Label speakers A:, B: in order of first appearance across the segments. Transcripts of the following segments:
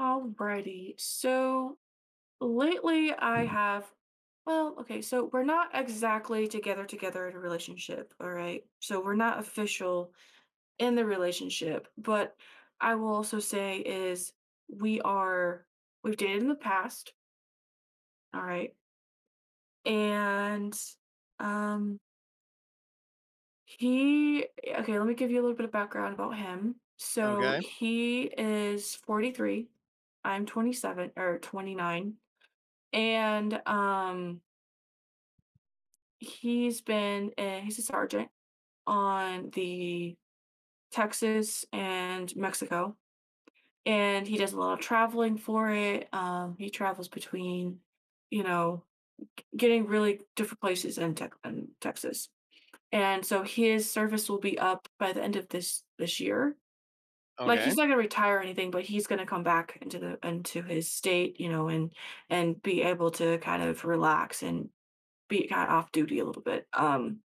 A: Alrighty. So lately I have, well, okay, so we're not exactly together together in a relationship, all right? So we're not official in the relationship, but I will also say is we are we've dated in the past, all right? And um he okay, let me give you a little bit of background about him. So
B: Okay,
A: he is 43. I'm 27 or 29. And, um, he's been a he's a sergeant on the Texas and Mexico, and he does a lot of traveling for it. He travels between, you know, getting really different places in Texas, and so his service will be up by the end of this year. Like,
B: okay,
A: he's not gonna retire or anything, but he's gonna come back into his state, you know, and be able to kind of relax and be kind of off duty a little bit,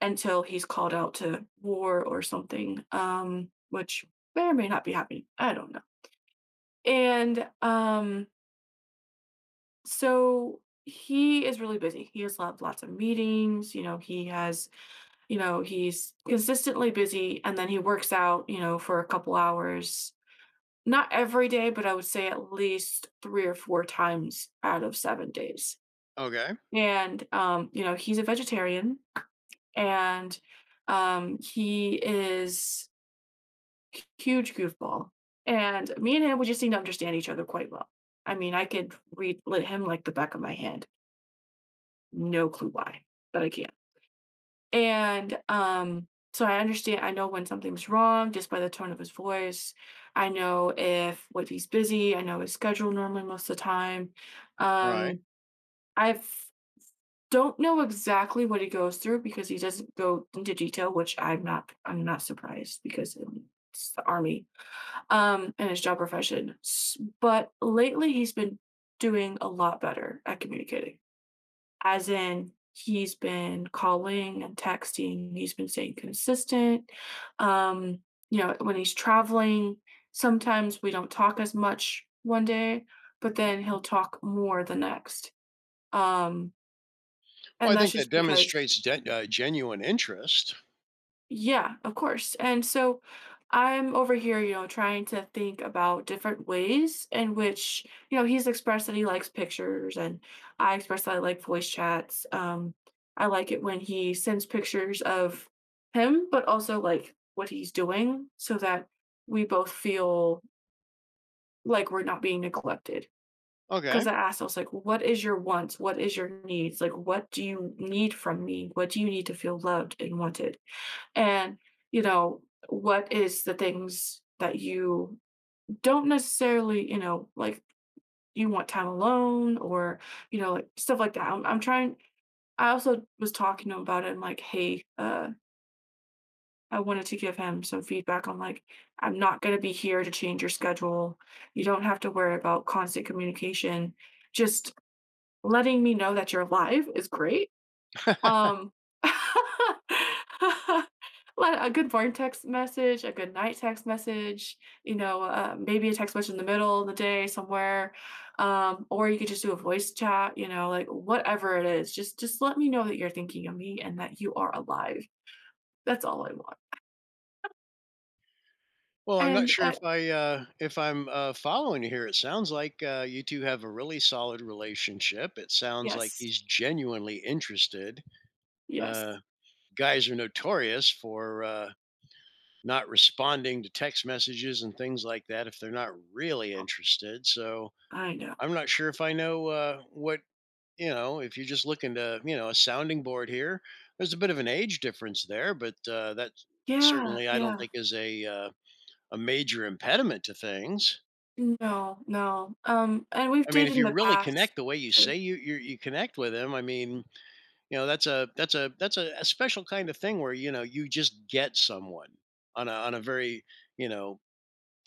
A: until he's called out to war or something. Which may or may not be happening. I don't know. And So he is really busy. He has lots of meetings. You know, he has, you know, he's consistently busy, and then he works out, you know, for a couple hours. Not every day, but I would say at least three or four times out of 7 days.
B: okay,
A: You know, he's a vegetarian, and he is huge goofball, and me and him, we just seem to understand each other quite well. I mean, I could read li him like the back of my hand. No clue why, but I can. And I understand. I know when something's wrong just by the tone of his voice. I know if what he's busy. I know his schedule normally most of the time.
B: right.
A: Um, I don't know exactly what he goes through because he doesn't go into detail, which I'm not surprised, because, it's the Army. In his job profession. But lately, he's been doing a lot better at communicating, as in, he's been calling and texting, he's been staying consistent. Um, you know, when he's traveling, sometimes we don't talk as much one day, but then he'll talk more the next. Um,
B: Well,
A: and
B: I
A: that's
B: think that
A: just because
B: demonstrates genuine interest.
A: Yeah, of course. And so I'm over here, you know, trying to think about different ways in which, you know, he's expressed that he likes pictures and I express that I like voice chats. I like it when he sends pictures of him, but also like what he's doing, so that we both feel like we're not being neglected. Because
B: Okay.
A: I asked. I was like, what is your wants? What is your needs? Like, what do you need from me? What do you need to feel loved and wanted? And, you know, what is the things that you don't necessarily, you know, like, you want time alone, or, you know, like stuff like that. I'm trying. I also was talking to him about it, and like, hey, I wanted to give him some feedback, on like, I'm not going to be here to change your schedule. You don't have to worry about constant communication. Just letting me know that you're alive is great. Um, like, a good morning text message, a good night text message, you know, maybe a text message in the middle of the day somewhere, or you could just do a voice chat, you know, like, whatever it is, just let me know that you're thinking of me and that you are alive. That's all I want.
B: Well, I'm not
A: And,
B: sure
A: uh
B: if I'm following you here. It sounds like you two have a really solid relationship. It sounds like
A: yes,
B: he's genuinely interested.
A: yes.
B: Uh, Guys are notorious for not responding to text messages and things like that if they're not really
A: Oh,
B: interested. So
A: I know.
B: I'm not sure if I know what, you know, if you're just looking to, you know, a sounding board here. There's a bit of an age difference there, but that
A: Yeah,
B: certainly I don't
A: yeah.
B: think is a major impediment to things.
A: No, no, and we've
B: I mean,
A: dated
B: if
A: in
B: you
A: the
B: really
A: past
B: connect the way you
A: too,
B: say you connect with him, I mean, you know, that's a special kind of thing where you know you just get someone on a very, you know,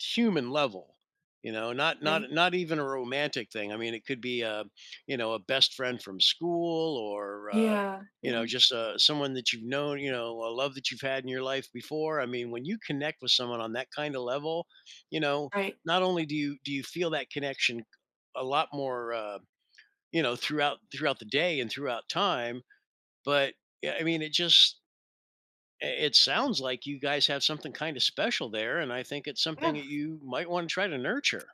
B: human level. You know, not
A: right?
B: not not even a romantic thing. I mean, it could be a, you know, a best friend from school, or
A: Yeah,
B: you know,
A: yeah,
B: just someone that you've known, you know, a love that you've had in your life before. I mean, when you connect with someone on that kind of level, you know,
A: right.
B: not only do you feel that connection a lot more, you know, throughout the day and throughout time, but yeah, I mean, it just, it sounds like you guys have something kind of special there, and I think it's something
A: Yeah.
B: that you might want to try to nurture.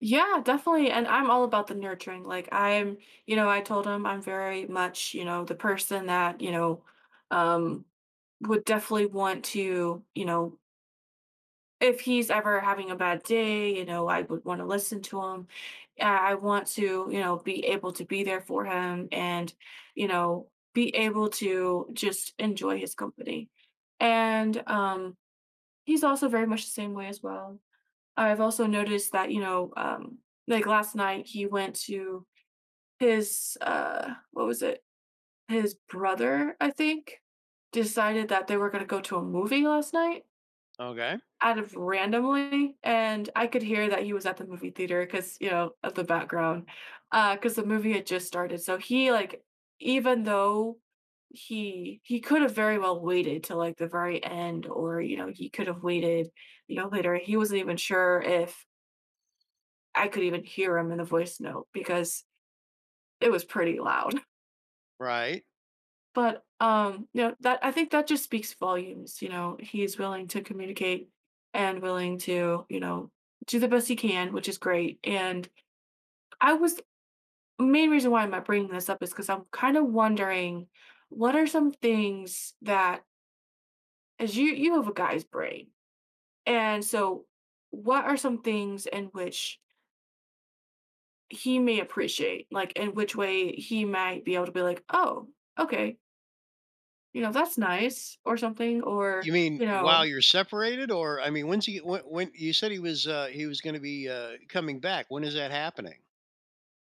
A: Yeah, definitely. And I'm all about the nurturing. You know, I told him I'm very much, you know, the person that, you know, um would definitely want to, you know, if he's ever having a bad day, you know, I would want to listen to him. I want to, you know, be able to be there for him, and, you know, be able to just enjoy his company. And He's also very much the same way as well. I've also noticed that, you know, like last night he went to his, what was it? His brother, I think, decided that they were gonna go to a movie last night
B: Okay,
A: out of randomly, and I could hear that he was at the movie theater because, you know, of the background. Uh, because the movie had just started. So he, like, even though he could have very well waited till like the very end, or you know he could have waited, you know, later. He wasn't even sure if I could even hear him in the voice note because it was pretty loud.
B: right?
A: But you know, that I think that just speaks volumes. You know, he's willing to communicate and willing to, you know, do the best he can, which is great. And I was Main reason why I'm not bringing this up is because I'm kind of wondering what are some things that, as you, you have a guy's brain. And so what are some things in which he may appreciate, like in which way he might be able to be like, oh, okay, you know, that's nice or something, or,
B: You mean
A: you
B: while
A: know,
B: you're separated? Or I mean, when's he? When you said he was going to be coming back? When is that happening?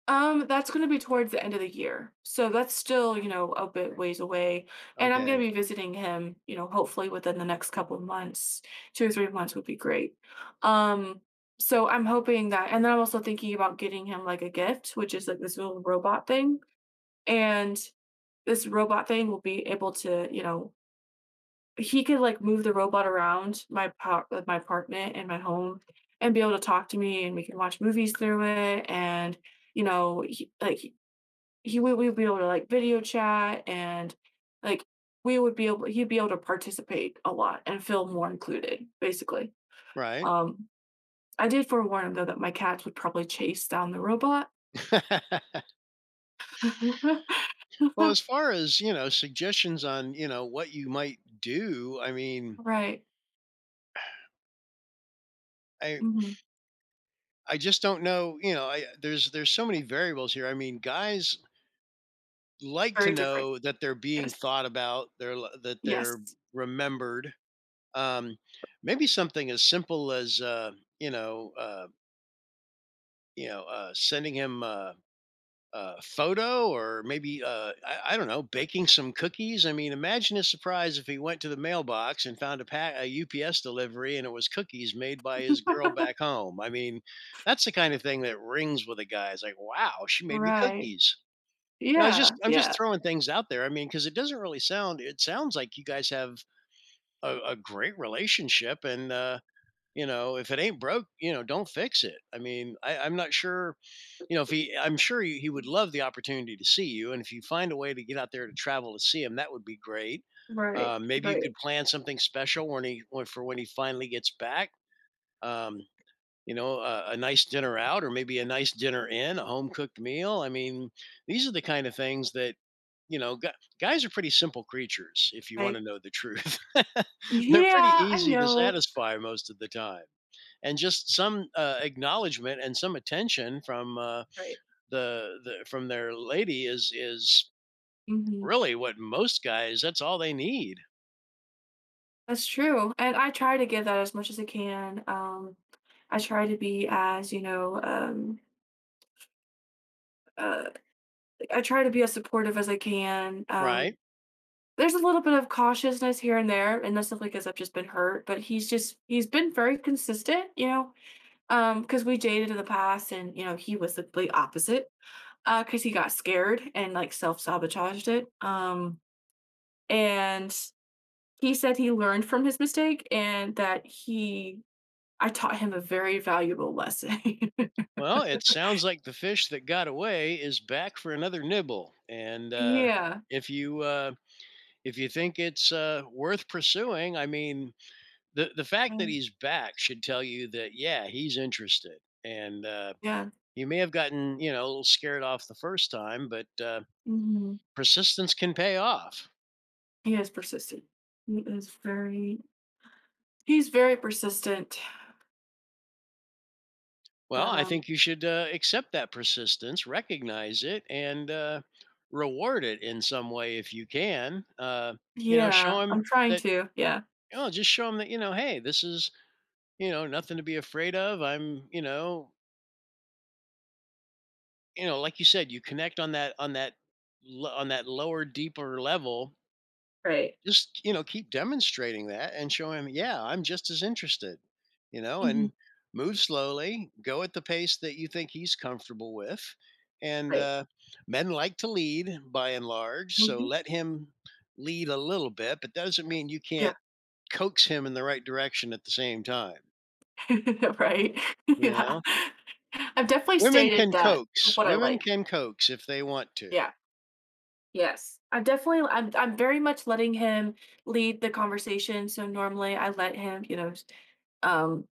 A: that's going to be towards the end of the year. So that's still, you know, a bit ways away. And I'm going
B: Okay,
A: to be visiting him, you know, hopefully within the next couple of months. 2 or 3 months would be great. Um, so I'm hoping that, and then I'm also thinking about getting him like a gift, which is like this little robot thing. And this robot thing will be able to, you know, he could like move the robot around my apartment and my home, and be able to talk to me, and we can watch movies through it. And, you know, he, like he would we would be able to like video chat, and like we would be able he'd be able to participate a lot and feel more included, basically.
B: right.
A: um I did forewarn him though that my cats would probably chase down the robot.
B: Well, as far as, you know, suggestions on, you know, what you might do. I mean,
A: Right.
B: I
A: hmm
B: I just don't know. You know, I, there's so many variables here. I mean, guys like
A: Very
B: to
A: different.
B: know that they're being
A: Yes,
B: thought about, they're that
A: yes.
B: they're remembered. Um, maybe something as simple as you know, uh, you know, sending him a photo, or maybe I don't know, baking some cookies. I mean, imagine his surprise if he went to the mailbox and found a UPS delivery, and it was cookies made by his girl back home. I mean, that's the kind of thing that rings with a guy. It's like, wow, she made me
A: Right,
B: cookies. You know,
A: yeah,
B: I'm just
A: yeah.
B: throwing things out there. I mean, because it doesn't really sound, it sounds like you guys have a great relationship. And, you know, if it ain't broke, you know, don't fix it. I mean, I'm not sure, you know, if he I'm sure he would love the opportunity to see you, and if you find a way to get out there to travel to see him, that would be great.
A: Right,
B: Maybe you could
A: right,
B: plan something special when he when for when he finally gets back. Um, you know, a nice dinner out, or maybe a nice dinner in, a home cooked meal. I mean, these are the kind of things that, you know, gu guys are pretty simple creatures, if you
A: right.
B: wanna know the truth. They're pretty
A: Yeah, I
B: easy to
A: know.
B: satisfy most of the time, and just some, acknowledgement and some attention from,
A: Right.
B: the from their lady is
A: Mhm.
B: really what most guys, that's all they need,
A: That's true, and I try to give that as much as I can. I try to be as, you know, uh, I try to be as supportive as I can.
B: right?
A: There's a little bit of cautiousness here and there, and that's simply because 'cause I've just been hurt, but he's been very consistent, you know. Because we dated in the past and, you know, he was the complete opposite. Because he got scared and, like, self-sabotaged it. And He said he learned from his mistake, and that he... I taught him a very valuable lesson.
B: Well, it sounds like the fish that got away is back for another nibble, and,
A: Yeah.
B: if you, uh, if you think it's, worth pursuing. I mean, the fact that
A: Um,
B: he's back should tell you that yeah, he's interested, and
A: yeah.
B: you may have gotten, you know, a little scared off the first time, but
A: Mhm.
B: persistence can pay off.
A: He is persistent. He is very he's very persistent,
B: Well,
A: but,
B: I
A: um
B: think you should accept that persistence, recognize it, and reward it in some way if you can. You know, show
A: yeah,
B: him
A: I'm trying
B: that.
A: to, yeah.
B: You know, just show him that, you know, hey, this is, you know, nothing to be afraid of. I'm, you know, you know, like you said, you connect on that on that lower, deeper level.
A: Right.
B: Just, you know, keep demonstrating that and show him, "Yeah, I'm just as interested." You know,
A: Mhm.
B: and move slowly, go at the pace that you think he's comfortable with. And,
A: Right.
B: men like to lead by and large, so
A: Mhm.
B: let him lead a little bit, but that doesn't mean you
A: Yeah.
B: can't coax him in the right direction at the same time,
A: Right.
B: you
A: Yeah.
B: know?
A: I've definitely
B: Women
A: stated
B: can
A: that of
B: coax.
A: what I
B: Women
A: like.
B: can coax if they want to.
A: Yeah. Yes. I'm very much letting him lead the conversation, so normally I let him, you know, um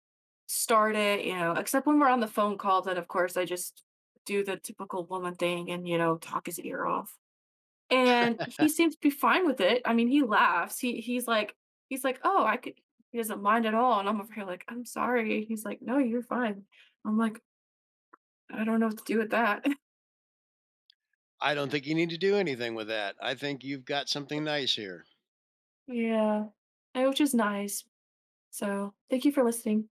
A: start it, you know, except when we're on the phone call, then of course I just do the typical woman thing, and, you know, talk his ear off. And he seems to be fine with it. I mean, he laughs. He's like, "Oh, I could..." He doesn't mind at all. And I'm over here like, "I'm sorry." He's like, "No, you're fine." I'm like, "I don't know what to do with that."
B: I don't think you need to do anything with that. I think you've got something nice here.
A: Yeah. Eh, which is nice. So, thank you for listening.